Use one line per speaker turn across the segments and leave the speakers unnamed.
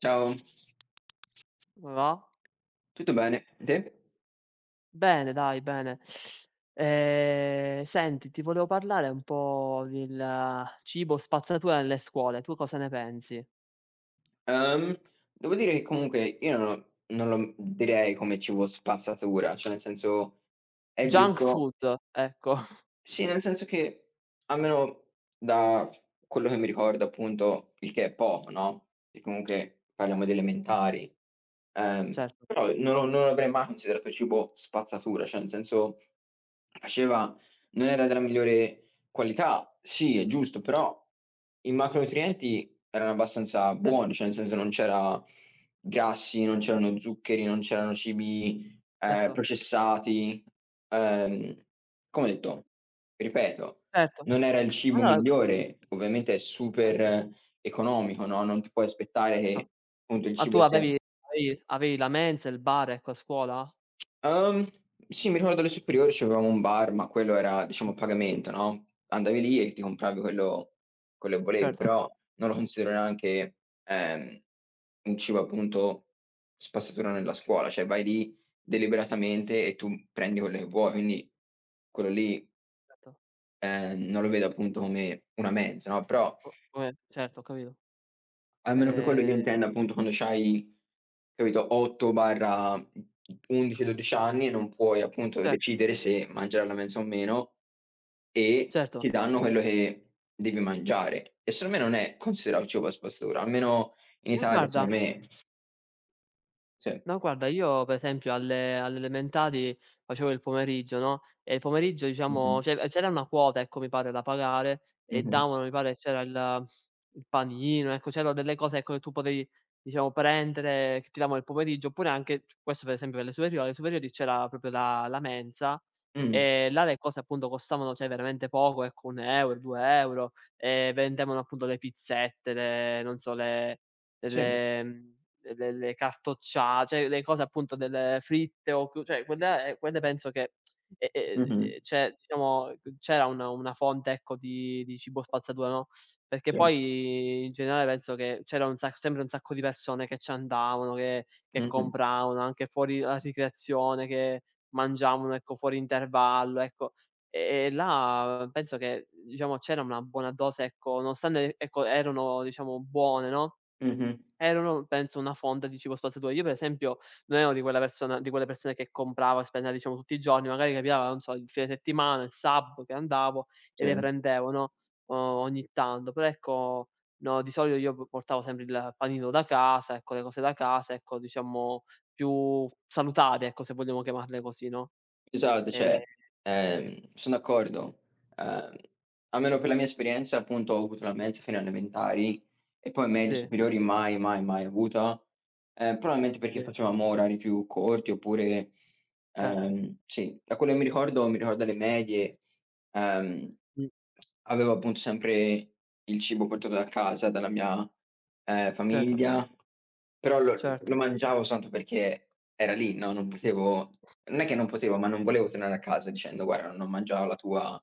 Ciao,
Come va?
tutto bene? Te?
Bene dai, bene. Senti, ti volevo parlare un po' del cibo spazzatura nelle scuole, tu cosa ne pensi?
Ehm, devo dire che comunque io non lo direi come cibo spazzatura, cioè nel senso è
Junk
giusto.
food, ecco.
Sì, nel senso che, almeno da quello che mi ricordo appunto, il che è poco, no, e comunque parliamo di elementari, ehm,
Certo,
però non avrei mai considerato cibo spazzatura, cioè nel senso faceva non era della migliore qualità, sì è giusto, però i macronutrienti erano abbastanza
certo,
buoni, cioè nel senso non c'era grassi, non c'erano zuccheri, non c'erano cibi
certo,
processati. Ehm, come ho detto, ripeto,
certo.
non era il cibo
Allora
migliore, ovviamente è
certo,
super economico, no, non ti puoi aspettare
certo.
che appunto il
Ma tu
cibo sia.
avevi avevi la mensa, il bar, ecco, a scuola?
Uhm, sì, mi ricordo alle superiori c'avevamo un bar, ma quello era
Mh.
diciamo a pagamento, no, andavi lì e ti compravi quello che volevi,
Certo,
però non lo considero neanche, ehm, un cibo appunto spazzatura nella scuola, cioè vai lì deliberatamente e tu prendi quello che vuoi, quindi quello lì,
certo.
non lo vedo appunto come una mensa, no, però.
Co come certo, ho capito.
Almeno per quello che
Ehm,
io intendo, appunto, quando c'hai, capito, 8/11, 12 anni e non puoi, appunto,
cer
decidere se mangiare la mensa o meno, e
certo.
ti danno quello che devi mangiare. E secondo me non è considerato cibo a spazzatura, almeno in
Ma
Italia secondo
guarda
me sì.
No, guarda, io per esempio alle elementari facevo il pomeriggio, no, e il pomeriggio
Mh-mh.
diciamo c'era una quota, ecco, mi pare da pagare e
Mh-mh.
davano, mi pare c'era il panino, ecco, c'erano delle cose, ecco, che tu potevi diciamo prendere, che ti davano il pomeriggio, oppure anche questo per esempio per le superiori, alle superiori c'era proprio la mensa,
Mh.
e là le cose appunto costavano, cioè, veramente poco, ecco, 1 euro, 2 euro, e vendevano appunto le pizzette, le non so,
Sì.
le mhmm, le cartoccia cioè le cose appunto del fritte o cru cioè quella è quelle penso che
Mh-mh.
c'è diciamo c'era una fonte ecco di cibo spazzatura, no, perché
Sì.
poi in generale penso che c'era un sac sempre un sacco di persone che ci andavano, che
Mh-mh.
compravano anche fuori alla ricreazione, che mangiavano ecco fuori intervallo, ecco. E là penso che diciamo c'era una buona dose ecco, nonostante ecco erano diciamo buone, no,
Mh-mh.
erano penso una fonda di cibo spazzatura. Io per esempio non ero di quella persona di quelle persone che comprava e spendeva diciamo tutti i giorni, magari capitava, non so, il fine settimana, il sabato che andavo e
Sì.
le prendevo, no, o ogni tanto. Però ecco, no, di solito io p portavo sempre il panino da casa, ecco, le cose da casa, ecco, diciamo più salutari, ecco, se vogliamo chiamarle così, no.
Esatto,
Ehm
cioè, sono d'accordo. Ehm, almeno per la mia esperienza, appunto, ho avuto la mensa fino alle elementari e poi medie,
sì,
superiori mai, mai, mai avuta, probabilmente perché
sì,
facevamo orari più corti oppure
certo.
sì, da quello che mi ricordo alle medie. Ehm,
Mh,
avevo appunto sempre il cibo portato da casa, dalla mia,
certo,
famiglia, però lo
certo,
lo mangiavo soltanto perché era lì, no, non è che non potevo, ma non volevo tornare a casa dicendo: "Guarda, non mangiavo la tua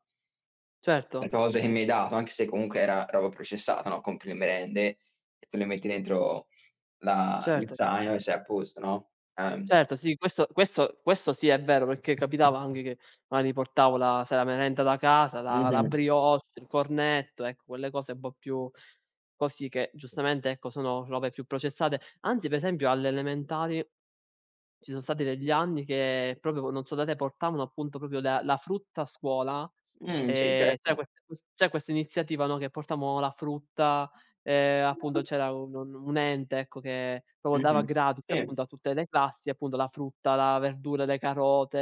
certo,
la tua cosa che mi hai dato", anche se comunque era roba processata, no, compri le merende e te le metti dentro la lo
certo.
zaino e sei a posto, no?
Certo, sì, questo sì è vero, perché capitava anche che magari portavo la sai la merenda da casa, la
Mh-mh.
brioche, il cornetto, ecco quelle cose un po' più così che giustamente, ecco, sono robe più processate. Anzi, per esempio alle elementari ci sono stati degli anni che proprio, non so da te, portavano appunto proprio la frutta a scuola,
Sì
c'era
certo.
questa ques c'è questa iniziativa, no, che portavano la frutta, appunto c'era un ente, ecco, che proprio dava
Mh-mh.
gratis
Sì,
appunto a tutte le classi, appunto la frutta, la verdura, le carote,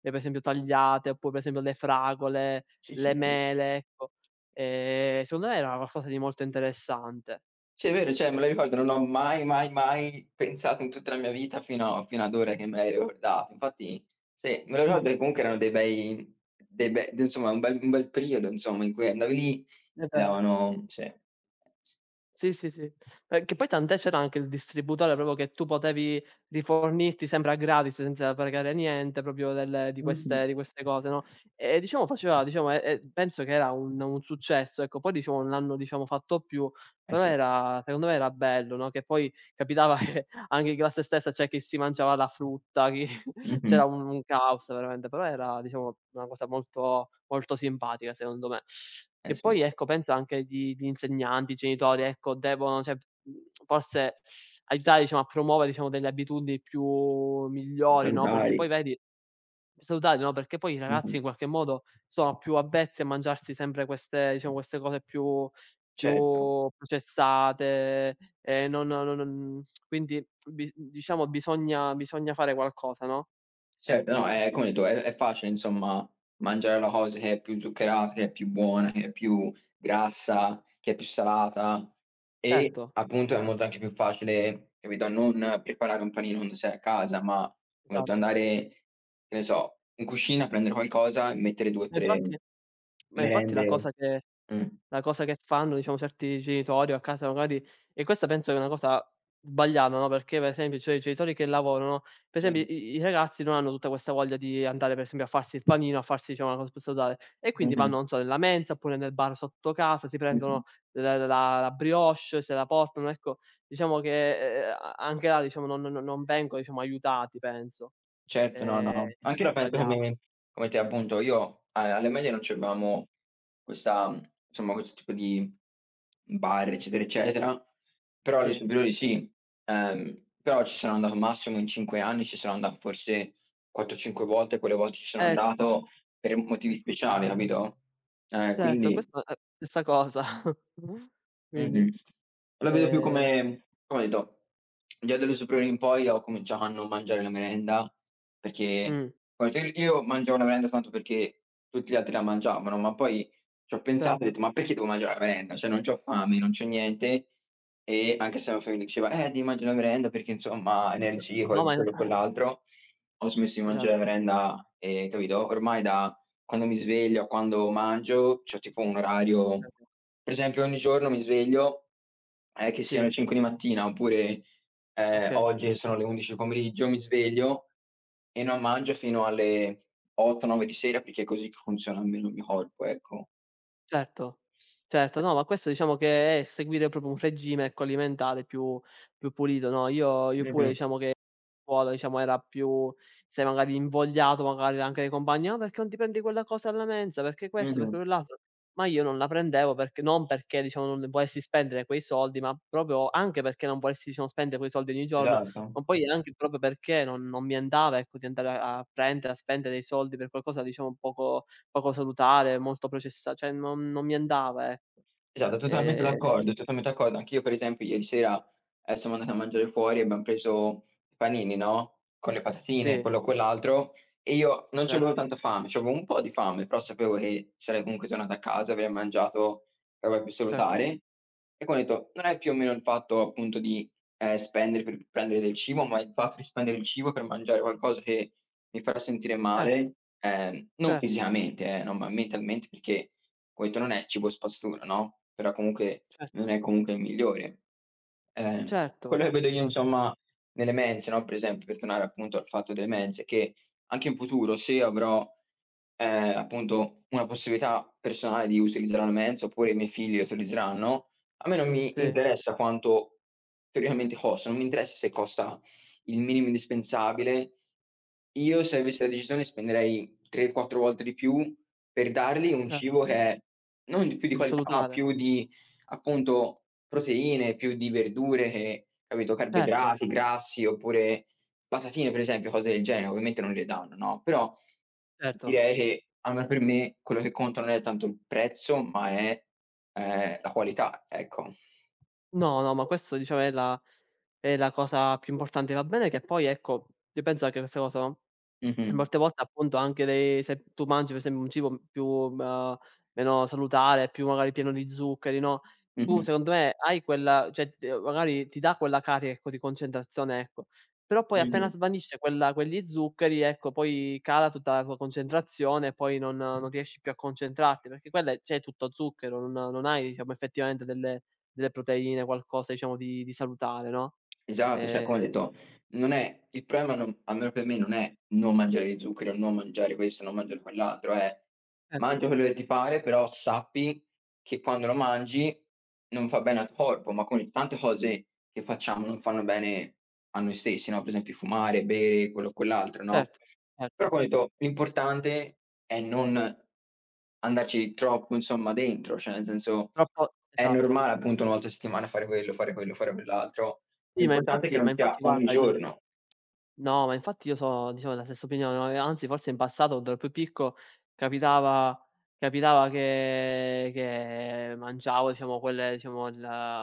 per esempio tagliate, oppure per esempio le fragole,
sì, sì,
le
sì.
mele, ecco. Secondo me era qualcosa di molto interessante.
Sì, è vero, cioè me lo ricordo, non ho mai, mai, mai pensato in tutta la mia vita fino ad ora che me l'hai ricordato. Infatti sì, me lo ricordo
Mh-mh.
che comunque erano dei bei dei be d insomma un bel periodo insomma in cui andavi lì,
È
ti
vero.
davano sì.
Sì, sì, sì. Che poi tant'è c'era anche il distributore proprio che tu potevi rifornirti sembra gratis, senza pagare niente, proprio del di queste cose, no, e diciamo faceva diciamo e penso che era un successo, ecco. Poi diciamo non l'hanno diciamo fatto più,
Eh
però
sì. Mh-mh. Eh sì.
era secondo me era bello, no, che poi capitava che anche in classe stessa c'è chi si mangiava la frutta, chi c'era
Mh-mh.
un caos veramente, però era diciamo una cosa molto molto simpatica secondo me.
Eh
Che
sì,
poi ecco penso anche gli insegnanti, i genitori, ecco devono cioè, forse aiutare diciamo a promuovere diciamo delle abitudini più migliori, no, perché
salutari.
poi vedi salutari, no, perché poi i ragazzi
Mh-mh.
in qualche modo sono più avvezzi a mangiarsi sempre queste diciamo queste cose più
Certo.
più processate, non non non quindi bi diciamo bisogna fare qualcosa, no?
Certo, no,
Ecco,
è come ho detto, è facile insomma mangiare la cosa che è più zuccherata, che è più buona, che è più grassa, che è più salata e
certo,
appunto è molto anche più facile, capito, non preparare un panino quando sei a casa, ma come ho detto
esatto.
andare, che ne so, in cucina, prendere qualcosa e mettere 2 o
Ma
3
infatti ma infatti la
merende.
cosa che
Mh,
la cosa che fanno, diciamo, certi genitori o a casa magari e questa penso che è una cosa sbagliata, no, perché per esempio, cioè, i genitori che lavorano, per esempio
sì.
i ragazzi non hanno tutta questa voglia di andare, per esempio, a farsi il panino, a farsi, diciamo, una cosa più salutare e quindi
Mh-mh,
vanno, non so, nella mensa oppure nel bar sotto casa, si
mh-mh.
prendono l la la brioche, se la portano, ecco. Diciamo che, a anche là, diciamo, non vengono, diciamo, aiutati penso.
Certo, no, no,
E
anche io
questo è
la penso
sbagliato.
come te appunto. Io a alle medie non c'avevamo questa mhmm, insomma questo tipo di bar, eccetera, eccetera, però alle
Sì,
superiori sì. Però ci sono andato massimo in 5 anni, ci sono andato forse 4, 5 volte, quelle volte ci sono
ecco,
andato per motivi
ecco.
speciali, capito?
Certo,
Quindi.
questo è stessa cosa. Quindi,
Mh-mh. La vedo più
ehm
come, come ho detto, già dalle superiori in poi ho cominciato a non mangiare la merenda, perché
mh,
guarda io mangiavo la merenda tanto perché tutti gli altri la mangiavano, ma poi ci ho pensato e ho
certo.
detto: "Ma perché devo mangiare la merenda? Cioè non c'ho fame, non c'ho niente." E anche se la mia famiglia diceva: devi mangiare la merenda perché insomma energie,
No,
que
ma in
quello e quell'altro." Ho smesso di mangiare la
esatto,
merenda e capito, ormai da quando mi sveglio, quando mangio, c'ho tipo un orario
esatto.
per esempio ogni giorno mi sveglio, che siano
Sì,
le 5 di mattina oppure,
okay,
oggi che sono le 11 del pomeriggio, mi sveglio e non mangio fino alle 8, 9 di sera perché è così che funziona almeno il mio corpo, ecco.
certo, certo. No, ma questo diciamo che è seguire proprio un regime, ecco, alimentare più pulito, no, io pure
Mh-mh,
diciamo che scuola diciamo era più sei magari invogliato magari anche dai compagni: "Ah, perché non ti prendi quella cosa alla mensa? Perché questo? Perché
mh-mh,
quell'altro?" Ma io non la prendevo perché diciamo non volessi spendere quei soldi, ma proprio anche perché non volessi diciamo spendere quei soldi ogni giorno,
esatto.
ma poi anche proprio perché non mi andava ecco di andare a prendere, a spendere dei soldi per qualcosa diciamo poco salutare, molto processa cioè non mi andava ecco.
Esatto, totalmente
Ehm,
d'accordo, totalmente d'accordo. Anch'io per esempio ieri sera, siamo andati a mangiare fuori e abbiam preso i panini, no, con le patatine,
sì,
quello quell'altro, e io non c'avevo
certo,
tanta fame, c'avevo un po' di fame, però sapevo che sarei comunque tornato a casa, avrei mangiato roba più
certo,
salutare. E quindi ho detto: "Non è più o meno il fatto appunto di, spendere per prendere del cibo, ma il fatto di spendere il cibo per mangiare qualcosa che mi farà sentire
certo,
male, non
certo,
fisicamente no, ma mentalmente perché ho detto: "Non è cibo spazzatura", no, però comunque
cer
non è comunque il migliore. Ehm,
certo,
quello che vedo io
esatto,
insomma nelle mense, no, per esempio, per tornare appunto al fatto delle mense, che anche in futuro se avrò, appunto una possibilità personale di utilizzare una mensa oppure i miei figli la utilizzeranno, a me non mi
sì,
interessa quanto teoricamente costa, non mi interessa se costa il minimo indispensabile. Io se avessi la decisione spenderei 3, 4 volte di più per dargli un
cer
cibo che è non di più di
Per
qualità, ma
salutare.
più di appunto proteine, più di verdure che capito,
Certo,
carboidrati, grassi oppure patatine per esempio, cose del genere. Ovviamente non le danno, no, però
certo.
direi che almeno per me quello che conta non è tanto il prezzo, ma è, la qualità, ecco.
No, no, ma
Sì.
questo diciamo è la cosa più importante. Va bene che poi ecco, io penso che questa cosa
Mh-mh,
molte volte appunto anche le se tu mangi per esempio un cibo più, meno salutare, più magari pieno di zuccheri, no, tu
mh-mh,
secondo me hai quella cioè t magari ti dà quella carica ecco di concentrazione, ecco. Però poi appena
mh-mh.
svanisce quella quegli zuccheri, ecco poi cala tutta la tua concentrazione e poi non riesci più a concentrarti, perché quella è c'è tutto zucchero, non hai diciamo effettivamente delle proteine, qualcosa diciamo di salutare, no.
Esatto, cioè come ho
Ehm,
detto, non è il problema non, almeno per me, non è non mangiare gli zuccheri o non mangiare questo, non mangiare quell'altro, è
certo,
mangia quello che ti pare, però sappi che quando lo mangi non fa bene al tuo corpo, ma come tante cose che facciamo non fanno bene a noi stessi, no, per esempio fumare, bere, quello o quell'altro, no?
certo,
Però
certo.
come ho detto, l'importante è non andarci troppo insomma dentro, cioè nel senso,
Troppo
è
esatto.
normale appunto 1 volta a settimana fare quello, fare quello, fare quell'altro.
Sì, ma
L'importante è che
infatti
non
ma
sia
infatti
ogni
guarda io
giorno.
No, ma infatti io so diciamo della stessa opinione, no, e anzi forse in passato quando ero più picco capitava capitava che mangiavo diciamo quelle diciamo il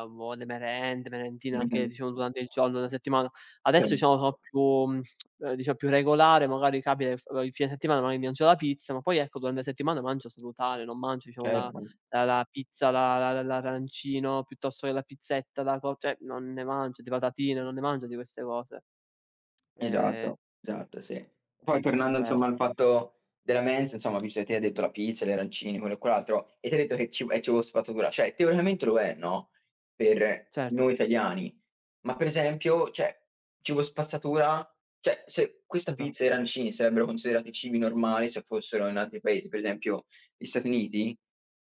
boh, le merende, merendine anche
Mh-mh.
diciamo durante il giorno, la settimana.
Sì,
Adesso diciamo sono diciamo più regolare, magari capita che f il fine settimana magari mangio la pizza, ma poi ecco durante la settimana mangio salutare, non mangio diciamo la
certo.
la la pizza, la l'arancino, piuttosto che la pizzetta, la co cioè non ne mangio, di patatine, non ne mangio di queste cose. Ehm
Esatto, esatto, sì. Poi
quindi
tornando
quest
insomma al fatto della mensa, insomma, visto che te hai detto la pizza, gli arancini, quello e quell'altro, e ti hai detto che ci è cibo spazzatura, cioè teoricamente lo è, no, per
certo,
noi italiani, ma per esempio, cioè, cibo spazzatura cioè, se questa
esa
pizza e arancini sarebbero considerati cibi normali se fossero in altri paesi, per esempio gli Stati Uniti,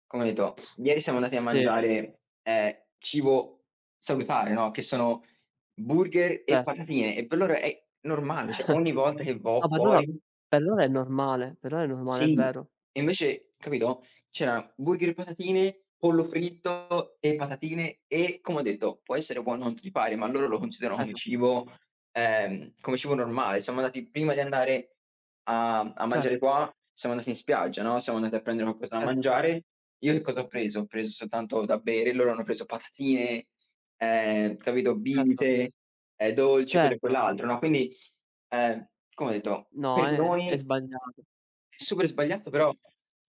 come ho detto, ieri siamo andati a
sì,
mangiare, cibo salutare, no, che sono Burger e
certo.
patatine e per loro è normale, cioè ogni volta che
No,
vo
per loro
fuori
per loro è normale, per loro è normale, è
sì.
vero.
E invece, capito, c'era burger e patatine, pollo fritto e patatine e, come ho detto, può essere buono a tutti i pari, ma loro lo considerano
Certo,
come cibo normale. Siamo andati prima di andare a
cer
mangiare qua, siamo andati in spiaggia, no, siamo andati a prendere qualcosa da
certo,
mangiare. Io che cosa ho preso? Ho preso soltanto da bere, loro hanno preso patatine, capito,
certo,
bibite, dolci, quello e
certo.
quell'altro, no, quindi. Ehm, come ho detto
No,
per
è
noi
sbagliato.
super sbagliato
Mh,
però,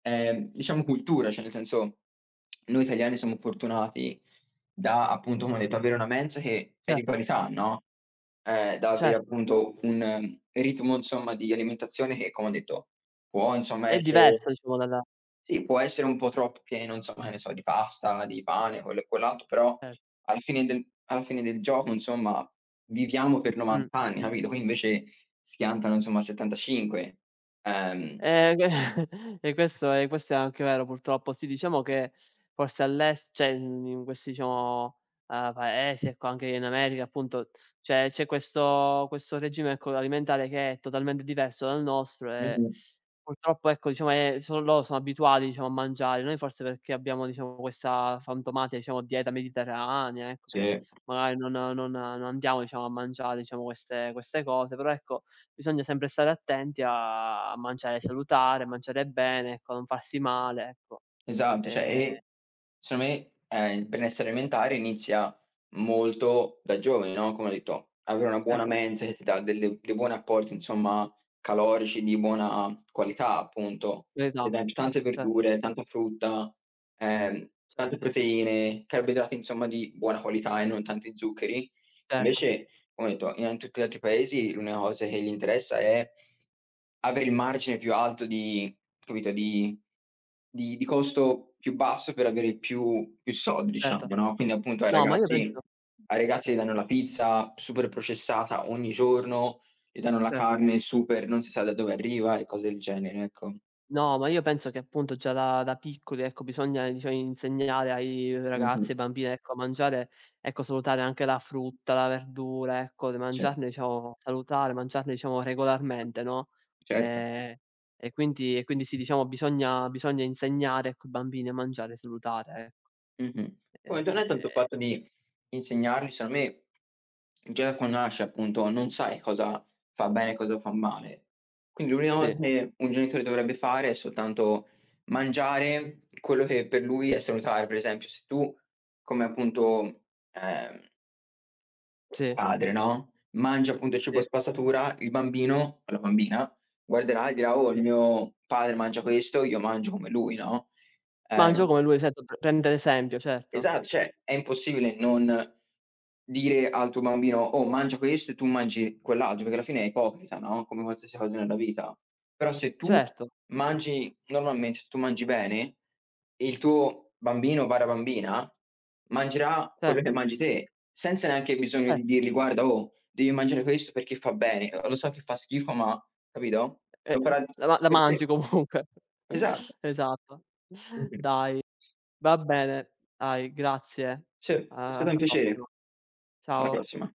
diciamo cultura, cioè nel senso noi italiani siamo fortunati da appunto, come ho detto, avere una mensa che è di
certo,
qualità, no, da avere
certo.
appunto un ritmo insomma di alimentazione che, come ho detto, può insomma
È diverso
essere
diciamo dalla
sì, può essere un po' troppo pieno insomma, che ne so, di pasta, di pane, quello e quell'altro, però
cer
alla fine del gioco, insomma, viviamo per
mh.
90 anni, capito? Qui invece schiantano, insomma, 75. Ehm
Ehm, e questo è anche vero purtroppo. Sì, diciamo che forse all'es cioè in questi diciamo, paesi, ecco, anche in America appunto, c'è questo regime, ecco, alimentare che è totalmente diverso dal nostro e
Mh-mh.
purtroppo, ecco, diciamo è sono loro sono abituati, diciamo, a mangiare. Noi forse perché abbiamo, diciamo, questa fantomatica, diciamo, dieta mediterranea, ecco, che
Sì.
magari non andiamo, diciamo, a mangiare, diciamo, queste cose, però ecco bisogna sempre stare attenti a mangiare salutare, mangiare bene, ecco, non farsi male, ecco.
Esatto, cioè
Ehm,
e secondo me, il benessere alimentare inizia molto da giovani, no, come ho detto, avere una buona
certo,
mensa che ti dà delle dei buoni apporti, insomma, calorici di buona qualità appunto.
verità,
Per esempio tante
cer
verdure, tanta frutta, tante
certo,
proteine, carboidrati insomma di buona qualità e non tanti zuccheri.
certo,
Invece come ho detto, in tutti gli altri paesi l'unica cosa che gli interessa è avere il margine più alto di, capito, di costo più basso per avere più soldi
certo.
diciamo, no, quindi appunto ai
No, ma io penso
ragazzi ai ragazzi gli danno
certo,
la pizza super processata ogni giorno, gli danno la
certo.
carne super non si sa da dove arriva e cose del genere, ecco.
No, ma io penso che appunto già da piccoli, ecco, bisogna diciamo insegnare ai ragazzi,
Mh-mh.
e ai bambini, ecco, a mangiare, ecco, salutare anche la frutta, la verdura, ecco, di
Ce
mangiarne diciamo salutare, mangiarne diciamo regolarmente, no,
certo.
ehm, e quindi sì, diciamo bisogna insegnare, ecco, i bambini a mangiare salutare, ecco.
Mh-mh. Poi internet ha il suo
Ehm,
fatto di insegnargli, secondo me, già da quando nasci appunto, non sai cosa fa bene e cosa fa male. Quindi l'unica cosa
sì,
che un genitore dovrebbe fare è soltanto mangiare quello che per lui è salutare. Per esempio, se tu come appunto, ehm,
sì,
padre, no, mangi appunto cibo
sì,
spazzatura, il bambino o la bambina guarderà e dirà: "Oh,
sì.
il mio padre mangia questo, io mangio come lui", no?
Mangio
Ehm
come lui, certo, prendere esempio, certo.
Esatto, cioè è impossibile non dire al tuo bambino: "Oh, mangia questo e tu mangi quell'altro", perché alla fine è ipocrita, no, come qualsiasi cosa nella vita. Però se tu
Certo,
mangi normalmente, se tu mangi bene, il tuo bambino/bambina mangerà quello che
certo,
mangi te, senza neanche bisogno
cer
di dirgli: "Guarda, oh, devi mangiare questo perché fa bene". Lo so che fa schifo, ma capito?
Eh,
Lo farà
la ma la
per sé.
mangi comunque.
Esatto.
Esatto.
Mh-mh.
Dai, va bene. Dai, grazie.
Sì, è stato un
Alla prossima.
piacere. Alla
Ciao.
prossima.